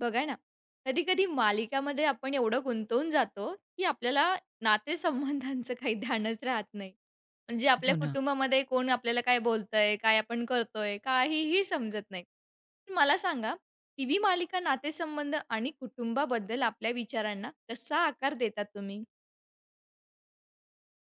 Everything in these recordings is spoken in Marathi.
बघा ना, कधी-कधी मालिकामध्ये आपण एवढं गुंतवून जातो, की आपल्याला नातेसंबंधांचं काही ध्यानच राहत नाही. म्हणजे हो आपल्या ना. कुटुंबामध्ये कोण आपल्याला काय बोलतंय, काय आपण करतोय, काहीही समजत नाही. तर मला सांगा, टीव्ही मालिका नातेसंबंध आणि कुटुंबाबद्दल आपल्या विचारांना कसा आकार देतात तुम्ही?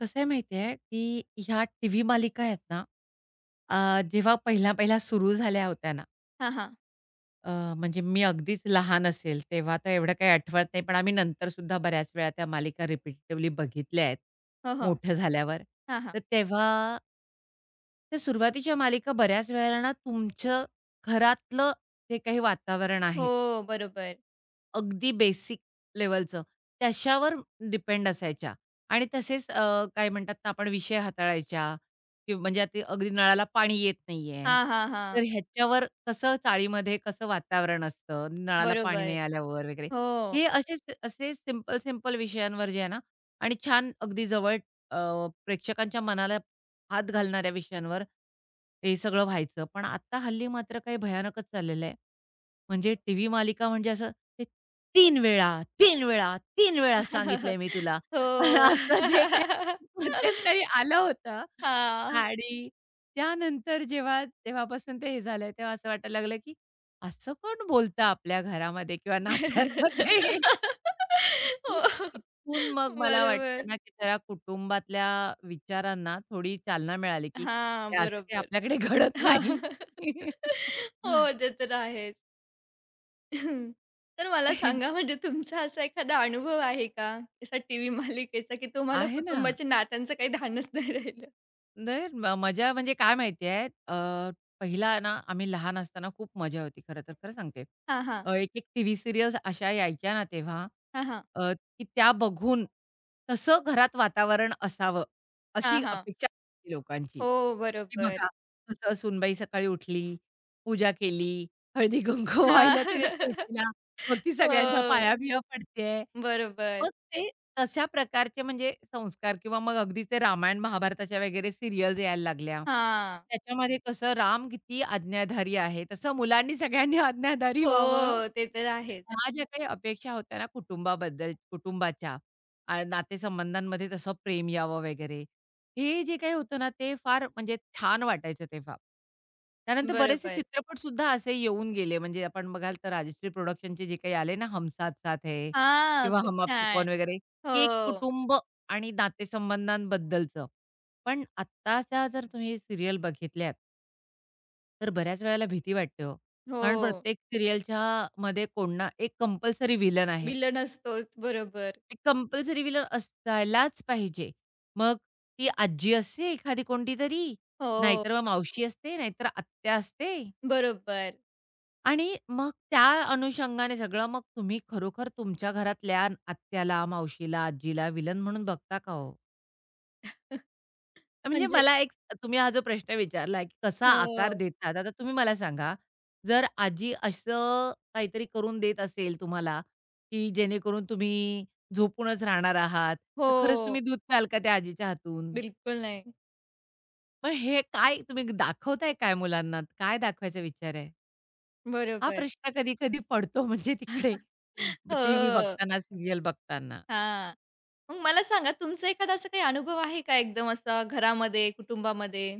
कसं आहे माहिती आहे, की ह्या टीव्ही मालिका आहेत ना, जेव्हा पहिल्या-पहिल्या सुरू झाल्या होत्या ना, हां, हां. अ, म्हणजे मी अगदीच लहान असेल तेव्हा तर एवढं काही आठवत नाही, पण आम्ही नंतर सुद्धा बऱ्याच वेळा त्या मालिका रिपिटेटिव्हली बघितल्या आहेत, हो, हो. मोठं झाल्यावर. हां, हां. तर तेव्हा त्या सुरुवातीच्या मालिका बऱ्याच वेळेला ना तुमचं घरातलं जे काही वातावरण हो, आहे बरोबर. अगदी बेसिक लेव्हलचं, त्याच्यावर डिपेंड असायच्या आणि तसेच काय म्हणतात ना, आपण विषय हाताळायच्या की म्हणजे आता अगदी नळाला पाणी येत नाहीये, हां, हां, हां. तर ह्याच्यावर कसं चाळीमध्ये कसं वातावरण असतं, नळाला पाणी बरोबर. नाही आल्यावर वगैरे. हो. हे असेच असे सिंपल, सिंपल विषयांवर जे आहे ना आणि छान अगदी जवळ अ, प्रेक्षकांच्या मनाला हात घालणाऱ्या विषयांवर हे सगळं व्हायचं. पण आता हल्ली मात्र काही भयानकच चाललेलं आहे. म्हणजे टीव्ही मालिका म्हणजे असं ते 3 वेळा, 3 वेळा, 3 वेळा सांगितलंय मी तुला. हो. असं जे काही मध्यंतरी आलं होतं हां. आणि त्यानंतर जेव्हा तेव्हापासून ते हे झालंय, तेव्हा असं वाटायला लागलं, की असं कोण बोलतं आपल्या घरामध्ये किंवा नात्यांमध्ये? आणि हो. तिथून मग मला वाटतं बरोबर. ना, की त्या कुटुंबातल्या विचारांना थोडी चालना मिळाली, की हां, हे असं काही बरोबर. आपल्याकडे घडत नाही. हां. हो, ते तर आहेच. तर मला सांगा म्हणजे तुमचा असा एखादा अनुभव आहे का? असा टीव्ही मालिकेचा, की तुम्हाला आहे ना. कुटुंबाच्या नात्यांचं काही भानच नाही राहिलं? तर मजा म्हणजे काय माहिती आहे, पहिला ना आम्ही लहान असताना खूप मजा होती खरं तर, खरं सांगते. हां, हां. एक-एक टीव्ही सीरियल्स अशा यायच्या ना तेव्हा हां, हां. अ, की त्या बघून तसं घरात वातावरण असावं, अशी हां, हां. अपेक्षा असायची लोकांची. हो, की बरोबर. बघा कसं सूनबाई सकाळी उठली, पूजा केली, हळदी-कुंकू व्हायला हां. तिने तुळशीला, मग ती हो, सगळ्यांच्या पाया-बिया पडतेय. बरोबर. मग ते तशा प्रकारचे म्हणजे संस्कार किंवा मग अगदी ते रामायण, महाभारताच्या वगैरे सीरियल्स यायला लागल्या. हां. त्याच्यामध्ये कसं राम किती आज्ञाधारी आहे, तसं मुलांनी सगळ्यांनी आज्ञाधारी व्हावं. हो, ते तर आहेच. ह्या ज्या काही अपेक्षा होत्या ना कुटुंबाबद्दल कुटुंबाच्या नातेसंबंधांमध्ये तसं प्रेम यावं वगैरे, हे जे काही होतं ना ते फार म्हणजे छान वाटायचं तेव्हा. त्यानंतर बरेचसे बरोबर. चित्रपटसुद्धा असे येऊन गेले म्हणजे आपण बघाल तर राजश्री प्रोडक्शनचे जे काही आले ना, हम साथ साथ है हां, किंवा खूप हम आपके छान. कौन वगैरे, हो. की एक कुटुंब आणि नातेसंबंधांबद्दलचं. पण आत्ताच्या जर तुम्ही सीरियल बघितल्यात तर बऱ्याच वेळेला भीती वाटते हो. कारण हो, प्रत्येक सीरियलच्या मध्ये कोण ना एक कंपल्सरी विलन आहे. विलन असतोच. बरोबर. एक कंपल्सरी व्हिलन असायलाच पाहिजे. मग ती आजी असते एखादी कोणतीतरी, हो, नाहीतर मग मावशी असते, नाहीतर आत्या असते बरोबर. आणि मग त्या अनुषंगाने सगळं मग तुम्ही खरोखर तुमच्या घरातल्या आत्याला, मावशीला, आजीला व्हिलन म्हणून बघता का हो? म्हणजे म्हणजे मला एक तुम्ही हा जो प्रश्न विचारला, की कसा आकार हो, देतात? आता तुम्ही मला सांगा, जर आजी असं काहीतरी करून देत असेल तुम्हाला, की जेणेकरून तुम्ही झोपूनच राहणार आहात, तर खरंच हो. तुम्ही दूध प्याल का त्या आजीच्या हातून? बिलकुल नाही. मग हे काय तुम्ही दाखवताय काय मुलांना? काय दाखवायचा विचार आहे? हा बरोबर. प्रश्न कधी-कधी पडतो म्हणजे तिकडे टीव्ही हो, बघताना, सीरियल बघताना. हां. मग मला सांगा तुमचा एखादा असा काही अनुभव आहे का एकदम असा घरामध्ये, कुटुंबामध्ये?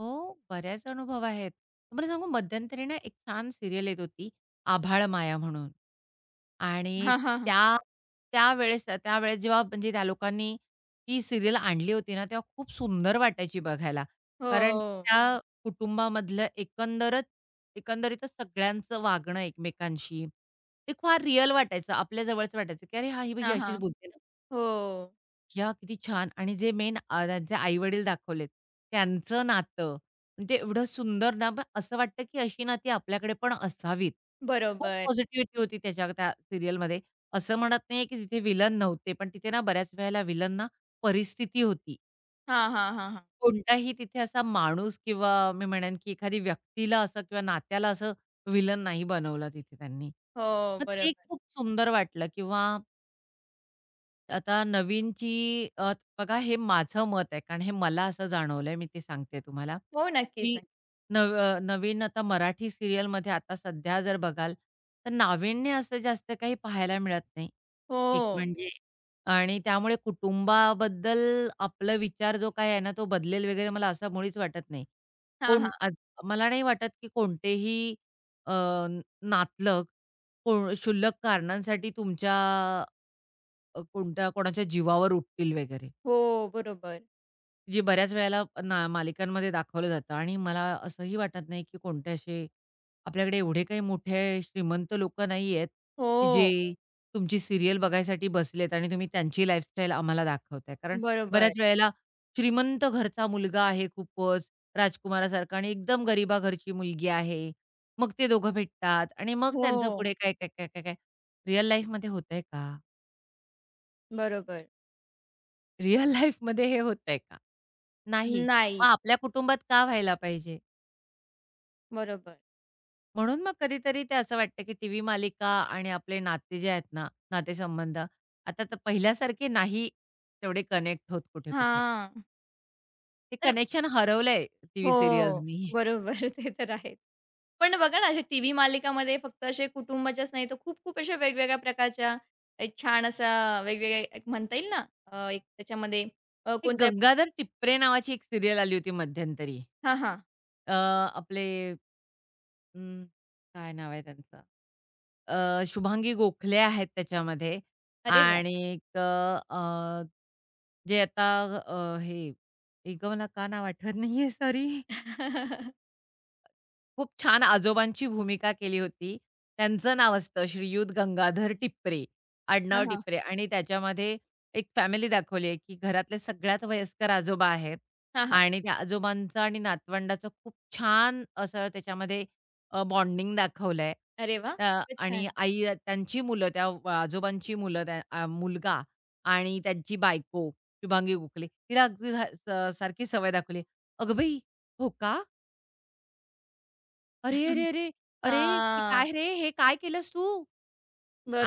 हो, बऱ्याच अनुभव आहेत. तुम्हाला सांगू मध्यंतरी ना एक छान सिरियल येत होती, आभाळ माया म्हणून आणि हां, हां, हां. त्या त्यावेळेस त्यावेळेस जेव्हा म्हणजे त्या लोकांनी ती सिरियल आणली होती ना, तेव्हा खूप सुंदर वाटायची बघायला. कारण हो. त्या कुटुंबामधलं एकंदरीतच सगळ्यांचं वागणं एकमेकांशी, ते फार रिअल वाटायचं. आपल्या जवळचं वाटायचं, की "अरे, हां, ही बाई हां, अशीच हां. बोलते ना." हो, या किती छान! आणि जे मेन त्यांचे आई-वडील दाखवलेत, त्यांचं नातं म्हणजे एवढं सुंदर ना, मग असं वाटतं की अशी नाती आपल्याकडे पण असावीत. खूप बरोबर. पॉझिटिव्हिटी होती त्याच्या त्या सीरियलमध्ये. असं म्हणत नाहीये की तिथे व्हिलन नव्हते, पण तिथे ना बऱ्याच वेळेला व्हिलन ना परिस्थिती होती. हां, हां, हां, हां. कोणताही तिथे असा माणूस किंवा मी म्हणेन की एखादी व्यक्तीला असं किंवा नात्याला असं व्हिलन नाही बनवलं तिथे त्यांनी. हो, मग ते बरोबर. खूप सुंदर वाटलं किंवा आता नवीनची अ, बघा हे माझं मत आहे, कारण हे मला असं जाणवलंय, मी ते सांगते तुम्हाला, हो, नक्कीच, की नक्की. नवीन आता मराठी सीरियलमध्ये आता सध्या जर बघाल, तर नाविन्य असं जास्त काही पाहायला मिळत नाही, एक हो. म्हणजे आणि त्यामुळे कुटुंबाबद्दल आपला विचार जो काही आहे ना, तो बदलेल वगैरे मला असं मुळीच वाटत नाही. हां, कोण हां. आज मला नाही वाटत, की कोणतेही अ, नातलग कोण क्षुल्लक कारणांसाठी तुमच्या कोणत्या कोणाच्या जीवावर उठतील वगैरे. हो, बरोबर. जे बऱ्याच वेळेला ना मालिकांमध्ये दाखवलं जातं आणि मला असंही वाटत नाही, की कोणते असे आपल्याकडे एवढे काही मोठे श्रीमंत लोकं नाहीयेत, की हो, जे तुमची सीरियल बघायसाठी बसलेत आणि तुम्ही त्यांची लाईफस्टाईल आम्हाला दाखवताय. कारण बरोबर. बऱ्याच वेळेला श्रीमंत घरचा मुलगा आहे खूपच राजकुमारासारखा आणि एकदम गरिबा घरची मुलगी आहे. मग ते दोघं भेटतात आणि मग त्यांचं हो, पुढे काय, काय, काय, काय, काय. रिअल लाईफमध्ये होतंय का? बरोबर. रिअल लाईफमध्ये हे होतंय का? नाही. मग नाही. आपल्या कुटुंबात का व्हायला पाहिजे? बरोबर. म्हणून मग कधीतरी ते असं वाटतं, की टीव्ही मालिका आणि आपले नाते जे आहेत ना, नातेसंबंध आता तर पहिल्यासारखे नाही तेवढे कनेक्ट होत कुठे-कुठे. हां. ते तर कनेक्शन हरवलंय टीव्ही हो. सीरियल्सनी. बरोबर. ते तर आहेच. पण बघा ना, अशा टीव्ही मालिकामध्ये फक्त असे कुटुंबाच्याच नाही, तर खूप-खूप अशा वेगवेगळ्या प्रकारच्या एक छान असा वेगवेगळ्या एक म्हणता येईल ना, एक त्याच्यामध्ये एक कोणत्या गंगाधर टिपरे नावाची एक सीरियल आली होती मध्यंतरी. हां, हां. अ, आपले अं, काय नाव आहे त्यांचं? शुभांगी गोखले आहेत त्याच्यामध्ये अरे वा, आणि एक जे आता हे एक मला का नाव आठवत नाहीये सॉरी खूप छान आजोबांची भूमिका केली होती. त्यांचं नाव असतं श्रीयुत गंगाधर टिपरे, हां, आडनाव हां. टिपरे आणि त्याच्यामध्ये एक फॅमिली दाखवली आहे, की घरातले सगळ्यात वयस्कर आजोबा आहेत हां, हां. आणि त्या आजोबांचं आणि नातवंडाचं खूप छान असं त्याच्यामध्ये बॉन्डिंग दाखवलं आहे. अरे वा, खूपच आणि छान. आई त्यांची मुलं, त्या आजोबांची मुलं, त्या मुलगा आणि त्यांची बायको शुभांगी गोखले, तिला अगदी सारखी सवय दाखवली. "अगं बाई! हो का? अरे, अरे, अरे! अरे, हे हां. काय रे? हे काय केलंस तू?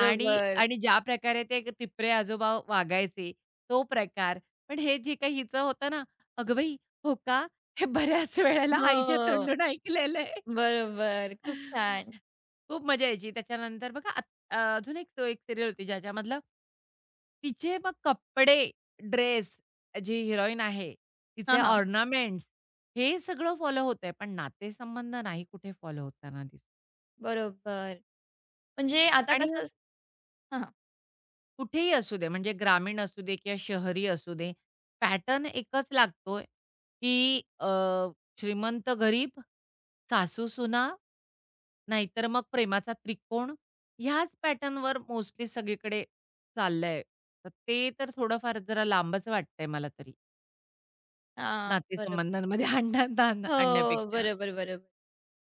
आणि आणि ज्या प्रकारे ते टिपरे आजोबा वागायचे तो प्रकार. पण हे जे काही हिचं होतं ना, "अगं बाई, हो का?" हे बऱ्याच वेळेला आईच्या हो. तोंडून ऐकलेलं आहे. बरोबर. खूप छान. खूप मजा यायची. त्याच्यानंतर बघा आत अजून एक तो एक सीरियल होती ज्याच्यामधलं तिचे मग कपडे, ड्रेस जी हिरोईन आहे, तिचे हां, हां. ऑर्नामेंट्स हे सगळं फॉलो होतंय, पण नातेसंबंध नाही कुठे फॉलो होताना बरोबर. म्हणजे आता आणि कसं हां, हां. कुठेही असू दे, म्हणजे ग्रामीण असू दे किंवा शहरी असू दे, पॅटर्न एकच लागतोय, की अ, श्रीमंत गरीब, सासू-सुना, नाहीतर मग प्रेमाचा त्रिकोण, ह्याच पॅटर्नवर मोस्टली सगळीकडे चाललंय. तर ते तर थोडंफार जरा लांबच वाटतंय मला तरी, हां. बरोबर. नातेसंबंधांमध्ये आणण्यात हो, आणण्यापेक्षा. बरोबर, बरोबर.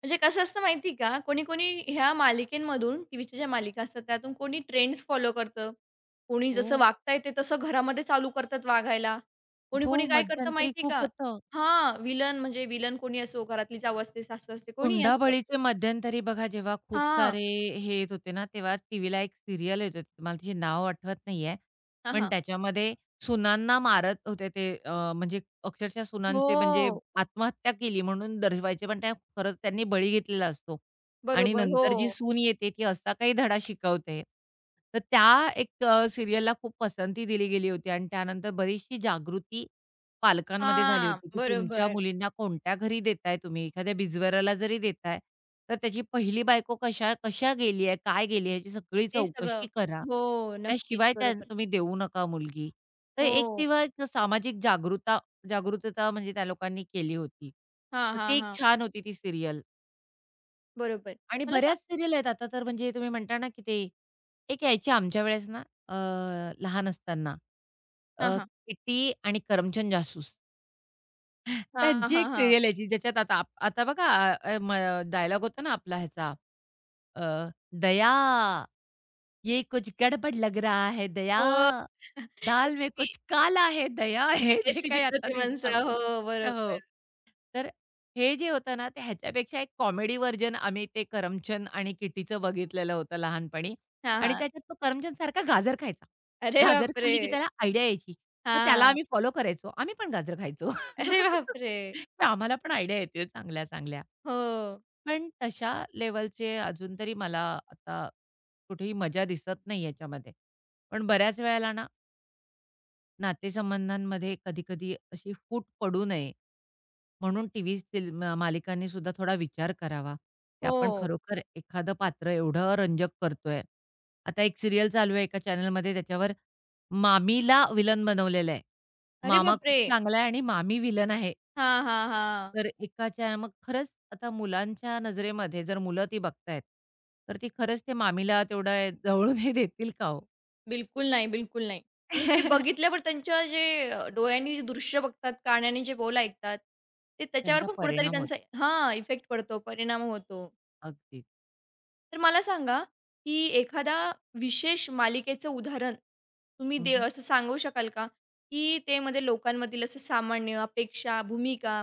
म्हणजे कसं असतं माहिती आहे का, कोणी-कोणी ह्या मालिकेंमधून, टीव्हीच्या ज्या मालिका असतात त्यातून कोणी ट्रेंड्स फॉलो करतं. कोणी जसं हो, वागता येते तसं घरामध्ये चालू करतात वागायला. हो, कोणी-कोणी काय करतं मध्यंतरी माहिती खूप का होतं. हां, विलन म्हणजे विलन कोणी असो, घरातली जाऊ असते, सासू असते, कोणीही असतं. हुंडाबळीचे मध्यंतरी बघा जेव्हा खूप हां, सारे हे येत होते ना, तेव्हा टीव्हीला एक सीरियल येत होती. मला तिचे नाव आठवत नाहीये. हां, पण हां. त्याच्यामध्ये सुनांना मारत होते ते म्हणजे अक्षरशः सुनांचे म्हणजे हो, आत्महत्या केली म्हणून दर्शवायचे. पण त्या खरंच त्यांनी बळी घेतलेला असतो. आणि बरोबर. हो. नंतर जी सून येते, ती असा काही धडा शिकवते. तर त्या एक सीरियलला खूप पसंती दिली गेली होती आणि त्यानंतर बरीचशी जागृती पालकांमध्ये झाली हा? होती, की तुमच्या बरोबर. मुलींना कोणत्या घरी देताय तुम्ही? एखाद्या बिजवराला जरी देताय, तर त्याची पहिली बायको कशा कशा गेली आहे? काय गेली आहे? याची सगळी ते सगळं. चौकशी करा. हो, नक्कीच. त्याशिवाय त्या बरोबर. तुम्ही देऊ नका मुलगी. तर एक हो. तेव्हा एक सामाजिक जागृता जागृतता म्हणजे त्या लोकांनी केली होती. हां, तर ती हां, एक हां. छान होती ती सीरियल बरोबर. आणि मला बऱ्याच सांग सीरियल आहेत आता तर म्हणजे तुम्ही म्हणता ना, की ते एक यायची आमच्या वेळेस ना अ, लहान असताना हां, अ, हां. किटी आणि करमचंद जासूस. हां, त्यांची एक हां, हां. सीरियल यायची ज्याच्यात आता आता बघा डायलॉग होता ना आपला ह्याचा अ, "दया, ये कुछ गडबड लग रहा है दया, हो. दाल में एसीपी कुछ काला है दया" हे जे एसीपी काही आता दिसतं प्रतिमांचा. हो, आपल्याला. हो. बरोबर. तर हे जे होतं ना, ते ह्याच्यापेक्षा एक कॉमेडी व्हर्जन आम्ही ते करमचंद आणि किटीचं बघितलेलं होतं लहानपणी हां, आणि हां. त्याच्यात तो करमचंदसारखा गाजर खायचा. अरे गाजर बापरे! खाल्ली की त्याला आयडिया यायची. मग त्याला हां. आम्ही फॉलो करायचो. आम्ही पण गाजर खायचो. अरे बापरे! मग आम्हाला पण आयडिया येतील चांगल्या-चांगल्या. हो, पण तशा लेव्हलचे अजून तरी मला आता कुठेही मजा दिसत नाही याच्यामध्ये. पण बऱ्याच वेळेला ना, नातेसंबंधांमध्ये कधी-कधी अशी फूट पडू नये म्हणून टीव्ही सिल म मालिकांनी सुद्धा थोडा विचार करावा, की आपण हो. खरोखर एखादं पात्र एवढं रंजक करतोय. आता एक सीरियल चालू आहे एका चॅनलमध्ये त्याच्यावर मामीला व्हिलन बनवलेलं आहे. अरे मामा खूप बापरे! चांगला आहे आणि मामी विलन आहे. हां, हां, हां. तर एकाच्या मग खरंच आता मुलांच्या नजरेमध्ये जर मुलं ती बघतायत, तर ती खरंच ते मामीला तेवढं जवळून हे देतील का हो? बिलकुल नाही, बिलकुल नाही. आणि ते बघितल्यावर त्यांच्या जे डोळ्यांनी जे दृश्य बघतात, कानाने जे बोल ऐकतात, ते त्याच्यावर त्यांचा पण कुठेतरी परिणाम होतो. त्यांचा हां, इफेक्ट पडतो, परिणाम होतो. अगदीच. तर मला सांगा, की एखादा विशेष मालिकेचं उदाहरण तुम्ही दे हं, असं सांगू शकाल का? की ते मध्ये लोकांमधील असं सामान्य अपेक्षा, भूमिका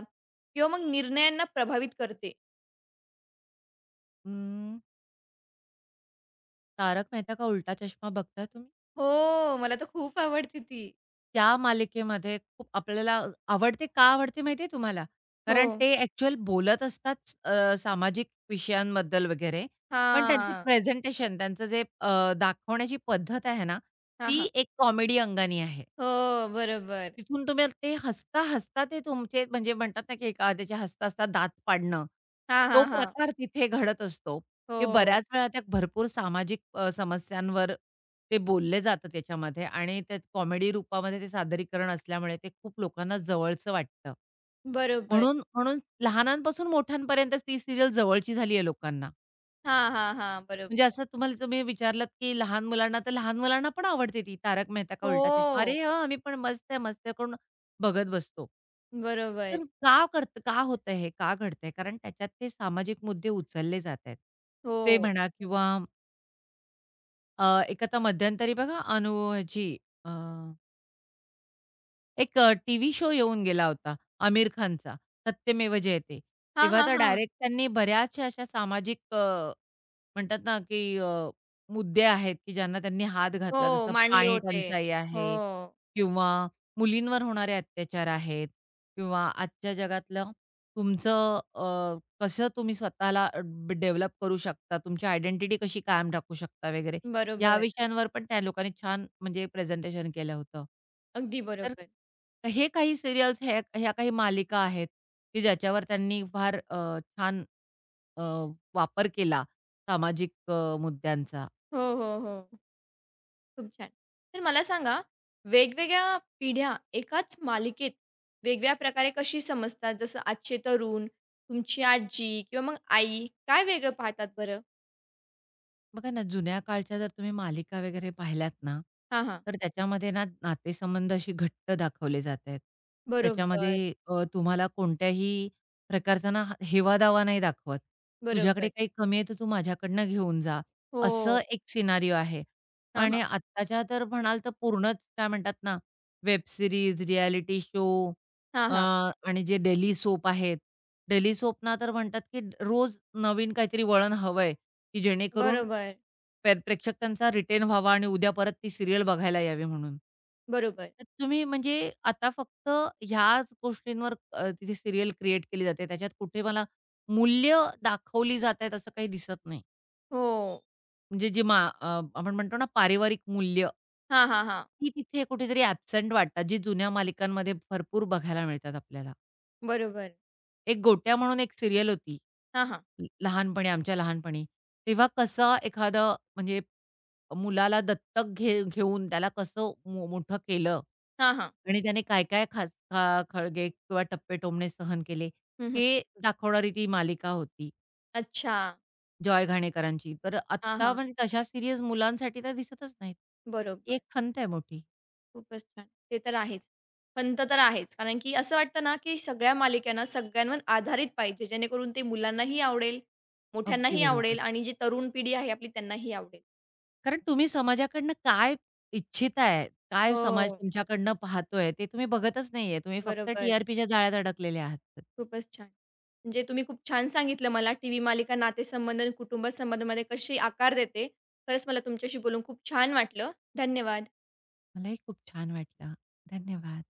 किंवा मग निर्णयांना प्रभावित करते? अं, तारक मेहता का उलटा चष्मा बघता तुम्ही? हो, मला तर खूप आवडते ती. त्या मालिकेमध्ये खूप आपल्याला आवडते, का आवडते माहिती तुम्हाला? कारण हो. ते ॲक्चुअल बोलत असतात सामाजिक विषयांबद्दल वगैरे, पण त्यांचे हां. प्रेझेंटेशन त्यांचं जे दाखवण्याची पद्धत आहे ना, हां, ती हां. एक कॉमेडी अंगाने आहे. हो, बरोबर. तिथून तुम्ही ते हसता-हसता ते तुमचे म्हणजे म्हणतात ना, की एखाद्याचे हसता-हसता दात पाडणं, हां, तो हां, हां. प्रकार तिथे घडत असतो. की हो, बऱ्याच वेळा त्या भरपूर सामाजिक समस्यांवर ते बोललं जातं त्याच्यामध्ये आणि त्यात कॉमेडी रूपामध्ये ते सादरीकरण असल्यामुळे ते खूप लोकांना जवळचं वाटतं. बरोबर. म्हणून म्हणून लहानांपासून मोठ्यांपर्यंतच ती सीरियल जवळची झाली आहे लोकांना. हां, हां, हां, म्हणजे बरोबर. असं तुम्हाला तुम्ही विचारलात, की लहान मुलांना तर लहान मुलांना पण आवडते ती तारक मेहता का उलटा चष्मा. हो. अरे हां, आम्ही पण मस्त आहे, मस्त आहे करून बघत बसतो. बरोबर. तर का करतं का होतं हे? का घडतंय? कारण त्याच्यात ते सामाजिक मुद्दे उचलले जात आहेत. ते हो. म्हणा किंवा एक आता मध्यंतरी बघा अनु ह्याची अ, एक टीव्ही शो येऊन गेला होता आमिर खानचा, सत्यमेव जयते. हां, तेव्हा हां, तर हां. डायरेक्ट त्यांनी बऱ्याचशा अशा सामाजिक म्हणतात ना, की मुद्दे आहेत, की ज्यांना त्यांनी हात घातला. हो, जसं मांडले पाणी होते. टंचाई हो, आहे किंवा मुलींवर होणारे अत्याचार आहेत किंवा आजच्या जगातलं तुमचं कसं तुम्ही स्वतःला डेव्हलप करू शकता, तुमची आयडेंटिटी कशी कायम राखू शकता वगैरे, या बरोबर. विषयांवर पण त्या लोकांनी छान म्हणजे प्रेझेंटेशन केलं होतं. अगदी तर बरोबर. हे काही सीरियल्स, ह्या ह्या काही मालिका आहेत, की ज्याच्यावर त्यांनी फार छान अ, वापर केला सामाजिक मुद्द्यांचा, हो, हो, हो. खूप छान. तर मला सांगा, वेगवेगळ्या पिढ्या एकाच मालिकेत वेगळ्या प्रकारे कशी समजतात? जसं आजचे तरुण, तुमची आजी किंवा मग आई काय वेगळं पाहतात बरं? बघा ना, जुन्या काळच्या जर तुम्ही मालिका वगैरे पाहिल्यात ना, हां, हां. तर त्याच्यामध्ये ना नातेसंबंध अशी घट्ट दाखवले जातायत. बरोबर, त्याच्यामध्ये तुम्हाला कोणत्याही प्रकारचा ना हेवा-दावा नाही दाखवत. तुझ्याकडे बरोबर. काही कमी आहे, तर तू माझ्याकडनं घेऊन जा, असं हो. एक सिनारिओ आहे. हां, पण हां. आत्ताच्या तर म्हणाल तर पूर्णच काय म्हणतात ना, वेब सीरीज, रियालिटी शो हां, अ, हां. आणि जे डेली सोप आहेत. डेली सोपना तर म्हणतात, की रोज नवीन काहीतरी वळण हवंय. की जेणेकरून बरोबर, प्रेक्षक त्यांचा रिटेन व्हावा आणि उद्या परत ती सीरियल बघायला यावी म्हणून. बरोबर. तर तुम्ही म्हणजे आता फक्त ह्याच गोष्टींवर तिथे सीरियल क्रिएट केली जाते. त्याच्यात कुठे मला मूल्य दाखवली जात आहेत असं काही दिसत नाही. हो. म्हणजे जे आपण म्हणतो ना पारिवारिक मूल्य, हां, हां, हां. ती तिथे कुठेतरी ॲब्सेंट वाटतात, जी जुन्या मालिकांमध्ये भरपूर बघायला मिळतात आपल्याला. बरोबर. एक गोट्या म्हणून एक सीरियल होती हां, हां. लहानपणी, आमच्या लहानपणी. तेव्हा कसं एखादं म्हणजे मुलाला दत्तक घेऊन त्याला कसं मोठं केलं हां, हां. आणि त्याने काय-काय खाच खा खळगे किंवा टप्पे-टोमणे सहन केले, हं, हं. हे दाखवणारी ती मालिका होती अच्छा. जॉय घाणेकरांची. तर हां, आत्ता हां. म्हणजे तशा सीरीज मुलांसाठी तर दिसतच नाहीत. ही एक बरोबर. खंत आहे मोठी. खूपच छान. ते तर आहेच. खंत तर आहेच. कारण की असं वाटतं ना, की सगळ्या मालिका ना सगळ्यांवर आधारित पाहिजे, जेणेकरून ते मुलांनाही आवडेल, अगदी मोठ्यांनाही बरोबर. आवडेल आणि जी तरुण पिढी आहे आपली त्यांनाही आवडेल. कारण तुम्ही समाजाकडनं काय इच्छिताय, काय समाज हो. तुमच्याकडनं पाहतोय ते तुम्ही बघतच नाहीये. तुम्ही फक्त बरोबर. TRPच्या जाळ्यात अडकलेले आहात. खूपच छान. म्हणजे तुम्ही खूप छान सांगितलं मला टीव्ही मालिका नातेसंबंध आणि कुटुंब संबंधामध्ये कशी आकार देते. खरंच मला तुमच्याशी बोलून खूप छान वाटलं. धन्यवाद. मलाही खूप छान वाटलं. धन्यवाद.